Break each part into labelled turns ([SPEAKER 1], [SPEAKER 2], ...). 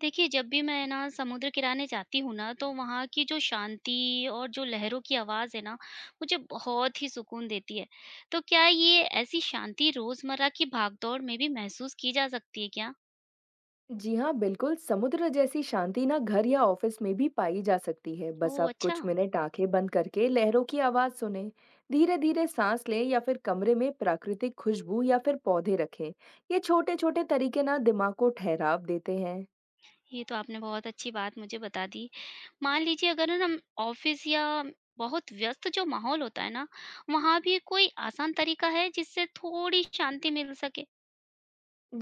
[SPEAKER 1] देखिए, जब भी मैं ना समुद्र किनारे जाती हूँ ना, तो वहाँ की जो शांति और जो लहरों की आवाज़ है ना, मुझे बहुत ही सुकून देती है। तो क्या ये ऐसी शांति रोज़मर्रा की भागदौड़ में भी महसूस की जा सकती है क्या?
[SPEAKER 2] जी हाँ, बिल्कुल, समुद्र जैसी शांति ना घर या ऑफिस में भी पाई जा सकती है। बस
[SPEAKER 1] ओह!
[SPEAKER 2] आप
[SPEAKER 1] अच्छा,
[SPEAKER 2] कुछ मिनट आंखें बंद करके लहरों की आवाज़ सुनें, धीरे-धीरे सांस लें या फिर कमरे में प्राकृतिक खुशबू या फिर पौधे रखें। ये छोटे-छोटे तरीके ना दिमाग को ठहराव देते हैं।
[SPEAKER 1] ये तो आपने बहुत अच्छी बात मुझे बता दी। मान लीजिए अगर हम ऑफ़िस या बहुत व्यस्त जो माहौल होता है ना, वहाँ भी कोई आसान तरीका है जिससे थोड़ी शांति मिल सके?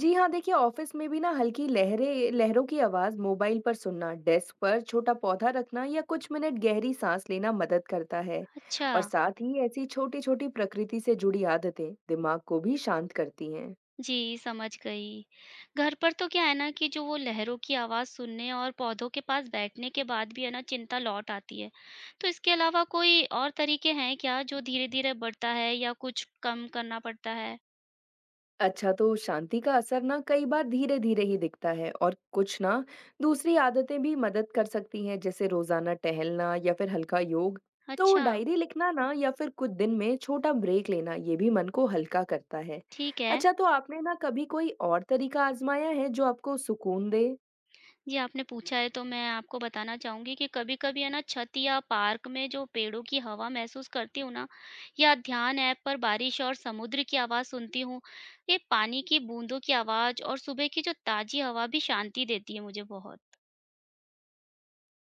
[SPEAKER 2] जी हाँ, देखिए ऑफिस में भी ना हल्की लहरें लहरों की आवाज़ मोबाइल पर सुनना, डेस्क पर छोटा पौधा रखना या कुछ मिनट गहरी सांस लेना मदद करता है।
[SPEAKER 1] अच्छा।
[SPEAKER 2] और साथ ही ऐसी छोटी-छोटी प्रकृति से जुड़ी आदतें दिमाग को भी शांत करती हैं।
[SPEAKER 1] जी, समझ गई। घर पर तो क्या है ना कि जो वो लहरों की आवाज़ सुनने और पौधों के पास बैठने के बाद भी है ना चिंता लौट आती है। तो इसके अलावा कोई और तरीके हैं क्या जो धीरे-धीरे बढ़ता है या कुछ कम करना पड़ता है?
[SPEAKER 2] अच्छा तो शांति का असर ना कई बार धीरे धीरे ही दिखता है और कुछ ना दूसरी आदतें भी मदद कर सकती हैं जैसे रोजाना टहलना या फिर हल्का योग। तो
[SPEAKER 1] अच्छा,
[SPEAKER 2] डायरी लिखना ना या फिर कुछ दिन में छोटा ब्रेक लेना ये भी मन को हल्का करता है।
[SPEAKER 1] ठीक है।
[SPEAKER 2] अच्छा तो आपने ना कभी कोई और तरीका आजमाया है जो आपको सुकून दे?
[SPEAKER 1] जी, आपने पूछा है तो मैं आपको बताना चाहूँगी कि कभी-कभी है ना छत या पार्क में जो पेड़ों की हवा महसूस करती हूँ ना, या ध्यान ऐप पर बारिश और समुद्र की आवाज़ सुनती हूँ, ये पानी की बूंदों की आवाज़ और सुबह की जो ताज़ी हवा भी शांति देती है मुझे बहुत।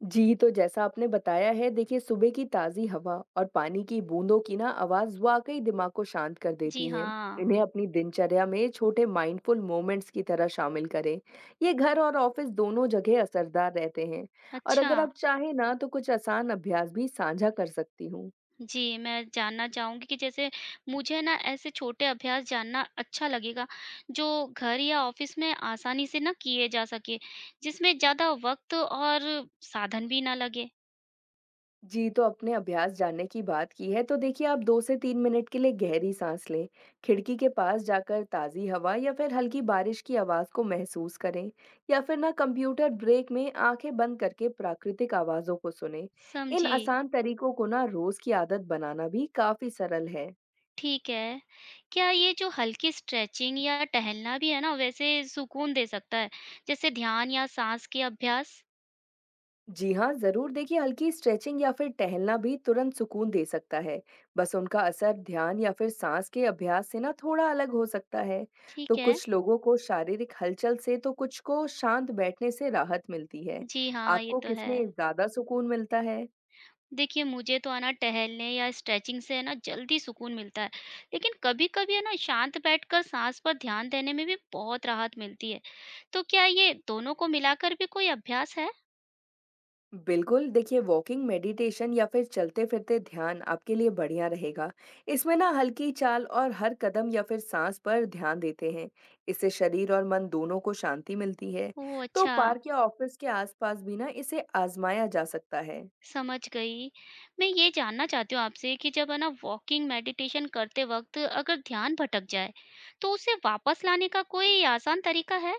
[SPEAKER 2] जी, तो जैसा आपने बताया है देखिए सुबह की ताज़ी हवा और पानी की बूंदों की ना आवाज़ वाक़ई दिमाग को शांत कर
[SPEAKER 1] जी
[SPEAKER 2] देती हैं।
[SPEAKER 1] हाँ,
[SPEAKER 2] इन्हें अपनी दिनचर्या में छोटे माइंडफुल मोमेंट्स की तरह शामिल करें। ये घर और ऑफिस दोनों जगह असरदार रहते हैं। और
[SPEAKER 1] अच्छा।
[SPEAKER 2] अगर आप चाहें ना तो कुछ आसान अभ्यास भी साझा कर सकती हूँ।
[SPEAKER 1] जी, मैं जानना चाहूँगी कि जैसे मुझे ना ऐसे छोटे अभ्यास जानना अच्छा लगेगा, जो घर या ऑफ़िस में आसानी से ना किए जा सके, जिसमें ज़्यादा वक़्त और साधन भी ना लगे।
[SPEAKER 2] जी, तो अपने अभ्यास जानने की बात की है, तो देखिए आप 2 से 3 मिनट के लिए गहरी साँस लें। खिड़की के पास जाकर ताज़ी हवा या फिर हल्की बारिश की आवाज़ को महसूस करें या फिर ना कंप्यूटर ब्रेक में आँखें बंद करके प्राकृतिक आवाज़ों को सुनें। इन
[SPEAKER 1] समझी,
[SPEAKER 2] आसान तरीकों को ना रोज़ की आदत बनाना भी काफ़ी सरल है।
[SPEAKER 1] ठीक है। क्या ये जो हल्की स्ट्रेचिंग या टहलना भी है ना, वैसे सुकून दे सकता है, जैसे ध्यान या साँस के अभ्यास?
[SPEAKER 2] जी हाँ, ज़रूर देखिए हल्की स्ट्रेचिंग या फिर टहलना भी तुरंत सुकून दे सकता है। बस उनका असर ध्यान या फिर सांस के अभ्यास से ना थोड़ा अलग हो सकता है। तो
[SPEAKER 1] ठीक है।
[SPEAKER 2] कुछ लोगों को शारीरिक हलचल से तो कुछ को शांत बैठने से राहत मिलती है।
[SPEAKER 1] जी हाँ, ये
[SPEAKER 2] आपको
[SPEAKER 1] तो है।
[SPEAKER 2] किसमें ज़्यादा सुकून मिलता है?
[SPEAKER 1] देखिए मुझे तो है ना टहलने या स्ट्रेचिंग से है ना जल्दी सुकून मिलता है, लेकिन कभी-कभी है ना शांत बैठकर साँस पर ध्यान देने में भी बहुत राहत मिलती है। तो क्या ये दोनों को मिलाकर भी कोई अभ्यास है?
[SPEAKER 2] बिल्कुल देखिए वॉकिंग मेडिटेशन या फिर चलते फिरते ध्यान आपके लिए बढ़िया रहेगा। इसमें ना हल्की चाल और हर कदम या फिर सांस पर ध्यान देते हैं। इससे शरीर और मन दोनों को शांति मिलती है।
[SPEAKER 1] ओह!
[SPEAKER 2] तो
[SPEAKER 1] अच्छा।
[SPEAKER 2] पार्क या ऑफिस के आसपास भी ना इसे आजमाया जा सकता है।
[SPEAKER 1] समझ गई। मैं ये जानना चाहती हूँ आपसे कि जब है ना वॉकिंग मेडिटेशन करते वक़्त अगर ध्यान भटक जाए, तो उसे वापस लाने का कोई आसान तरीका है?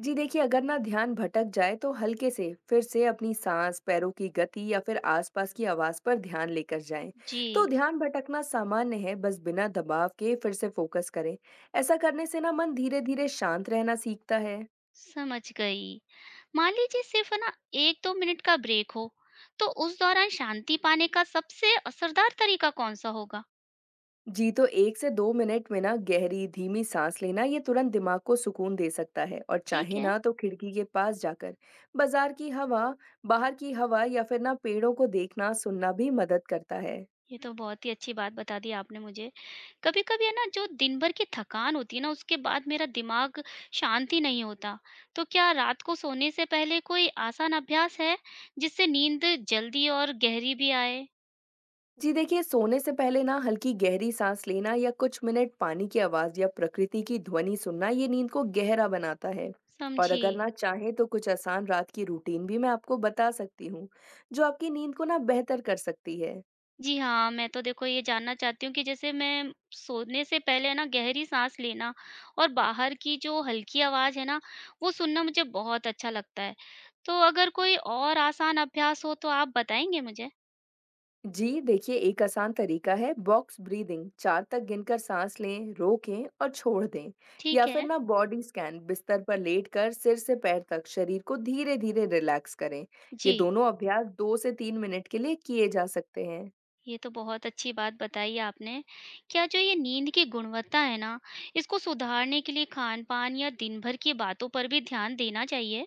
[SPEAKER 2] जी देखिए अगर ना ध्यान भटक जाए तो हल्के से फिर से अपनी सांस पैरों की गति या फिर आसपास की आवाज पर ध्यान लेकर जाएं।
[SPEAKER 1] जी,
[SPEAKER 2] तो ध्यान भटकना सामान्य है, बस बिना दबाव के फिर से फोकस करें। ऐसा करने से ना मन धीरे धीरे शांत रहना सीखता है।
[SPEAKER 1] समझ गई। मान लीजिए सिर्फ़ है ना 1-2 मिनट का ब्रेक हो, तो उस दौरान शांति पाने का सबसे असरदार तरीका कौन-सा होगा?
[SPEAKER 2] जी तो एक से दो मिनट में ना गहरी धीमी सांस लेना ये तुरंत दिमाग को सुकून दे सकता है और
[SPEAKER 1] ठीक
[SPEAKER 2] चाहे
[SPEAKER 1] है।
[SPEAKER 2] ना तो खिड़की के पास जाकर बाजार की हवा बाहर की हवा या फिर ना पेड़ों को देखना सुनना भी मदद करता है।
[SPEAKER 1] ये तो बहुत ही अच्छी बात बता दी आपने मुझे। कभी-कभी है ना जो दिन भर की थकान होती है ना उसके बाद मेरा दिमाग शांत ही नहीं होता। तो क्या रात को सोने से पहले कोई आसान अभ्यास है जिससे नींद जल्दी और गहरी भी आए?
[SPEAKER 2] जी देखिए, सोने से पहले ना हल्की गहरी साँस लेना या कुछ मिनट पानी की आवाज़ या प्रकृति की ध्वनि सुनना ये नींद को गहरा बनाता है। और
[SPEAKER 1] समझी।
[SPEAKER 2] अगर ना चाहें तो कुछ आसान रात की रूटीन भी मैं आपको बता सकती हूँ, जो आपकी नींद को ना बेहतर कर सकती है।
[SPEAKER 1] जी हाँ, मैं तो देखो ये जानना चाहती हूँ कि जैसे मैं सोने से पहले है ना गहरी साँस लेना और बाहर की जो हल्की आवाज़ है ना वो सुनना मुझे बहुत अच्छा लगता है। तो अगर कोई और आसान अभ्यास हो तो आप बताएँगे मुझे?
[SPEAKER 2] जी देखिए एक आसान तरीका है बॉक्स ब्रीदिंग, चार तक गिनकर सांस लें, रोकें और छोड़ दें।
[SPEAKER 1] ठीक
[SPEAKER 2] या फिर
[SPEAKER 1] है।
[SPEAKER 2] ना बॉडी स्कैन, बिस्तर पर लेटकर सिर से पैर तक शरीर को धीरे धीरे रिलैक्स करें। ये
[SPEAKER 1] जी,
[SPEAKER 2] दोनों अभ्यास दो से तीन मिनट के लिए किए जा सकते हैं।
[SPEAKER 1] ये तो बहुत अच्छी बात बताई आपने। क्या जो ये नींद की गुणवत्ता है ना, इसको सुधारने के लिए खान-पान या दिन भर की बातों पर भी ध्यान देना चाहिए?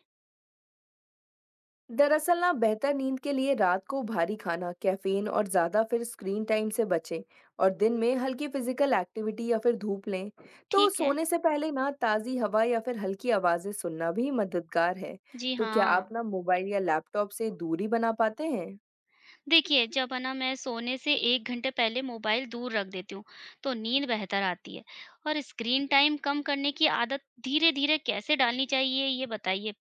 [SPEAKER 2] दरअसल ना बेहतर नींद के लिए रात को भारी खाना, कैफीन और ज़्यादा फिर स्क्रीन टाइम से बचें। और दिन में हल्की फिजिकल एक्टिविटी या फिर धूप लें। तो
[SPEAKER 1] ठीक है।
[SPEAKER 2] सोने से पहले ना ताज़ी हवा या फिर हल्की आवाज़ें सुनना भी मददगार है।
[SPEAKER 1] जी
[SPEAKER 2] तो क्या
[SPEAKER 1] हाँ,
[SPEAKER 2] आप ना मोबाइल या लैपटॉप से दूरी बना पाते हैं?
[SPEAKER 1] देखिए जब है ना मैं सोने से 1 घंटे पहले मोबाइल दूर रख देती हूँ, तो नींद बेहतर आती है। और स्क्रीन टाइम कम करने की आदत धीरे-धीरे कैसे डालनी चाहिए, ये बताइए?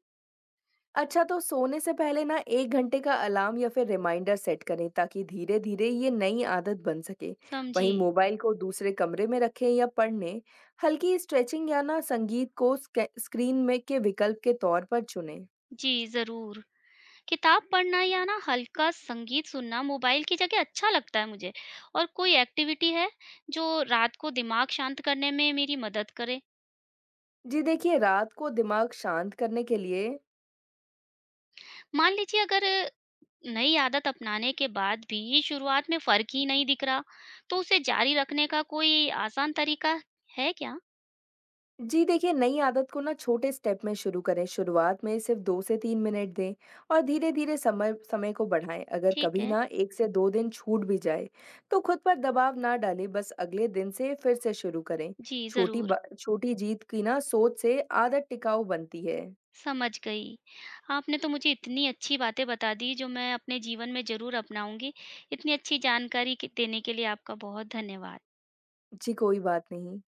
[SPEAKER 2] अच्छा, तो सोने से पहले ना 1 घंटे का अलार्म या फिर रिमाइंडर सेट करें ताकि धीरे-धीरे ये नई आदत बन सके।
[SPEAKER 1] समझी।
[SPEAKER 2] वहीं मोबाइल को दूसरे कमरे में रखें या पढ़ने, हल्की स्ट्रेचिंग या ना संगीत को स्क्रीन में के विकल्प के तौर पर चुनें।
[SPEAKER 1] जी, ज़रूर। किताब पढ़ना या ना हल्का संगीत सुनना मोबाइल की जगह अच्छा लगता है मुझे और कोई एक्टिविटी है जो रात को दिमाग शांत करने में मेरी मदद करे।
[SPEAKER 2] जी देखिए, रात को दिमाग शांत करने के लिए
[SPEAKER 1] मान लीजिए अगर नई आदत अपनाने के बाद भी शुरुआत में फर्क ही नहीं दिख रहा तो उसे जारी रखने का कोई आसान तरीका है क्या?
[SPEAKER 2] जी देखिए, नई आदत को ना छोटे स्टेप में शुरू करें। शुरुआत में सिर्फ 2 से 3 मिनट दें और धीरे-धीरे समय समय को बढ़ाएँ। अगर
[SPEAKER 1] ठीक
[SPEAKER 2] कभी
[SPEAKER 1] है।
[SPEAKER 2] ना 1 से 2 दिन छूट भी जाए, तो खुद पर दबाव ना डालें, बस अगले दिन से फिर से शुरू करें।
[SPEAKER 1] जी
[SPEAKER 2] छोटी
[SPEAKER 1] जरूर।
[SPEAKER 2] बा छोटी जीत की ना सोच से आदत टिकाऊ बनती है।
[SPEAKER 1] समझ गई। आपने तो मुझे इतनी अच्छी बातें बता दी जो मैं अपने जीवन में जरूर अपनाऊंगी। इतनी अच्छी जानकारी देने के लिए आपका बहुत धन्यवाद।
[SPEAKER 2] जी, कोई बात नहीं।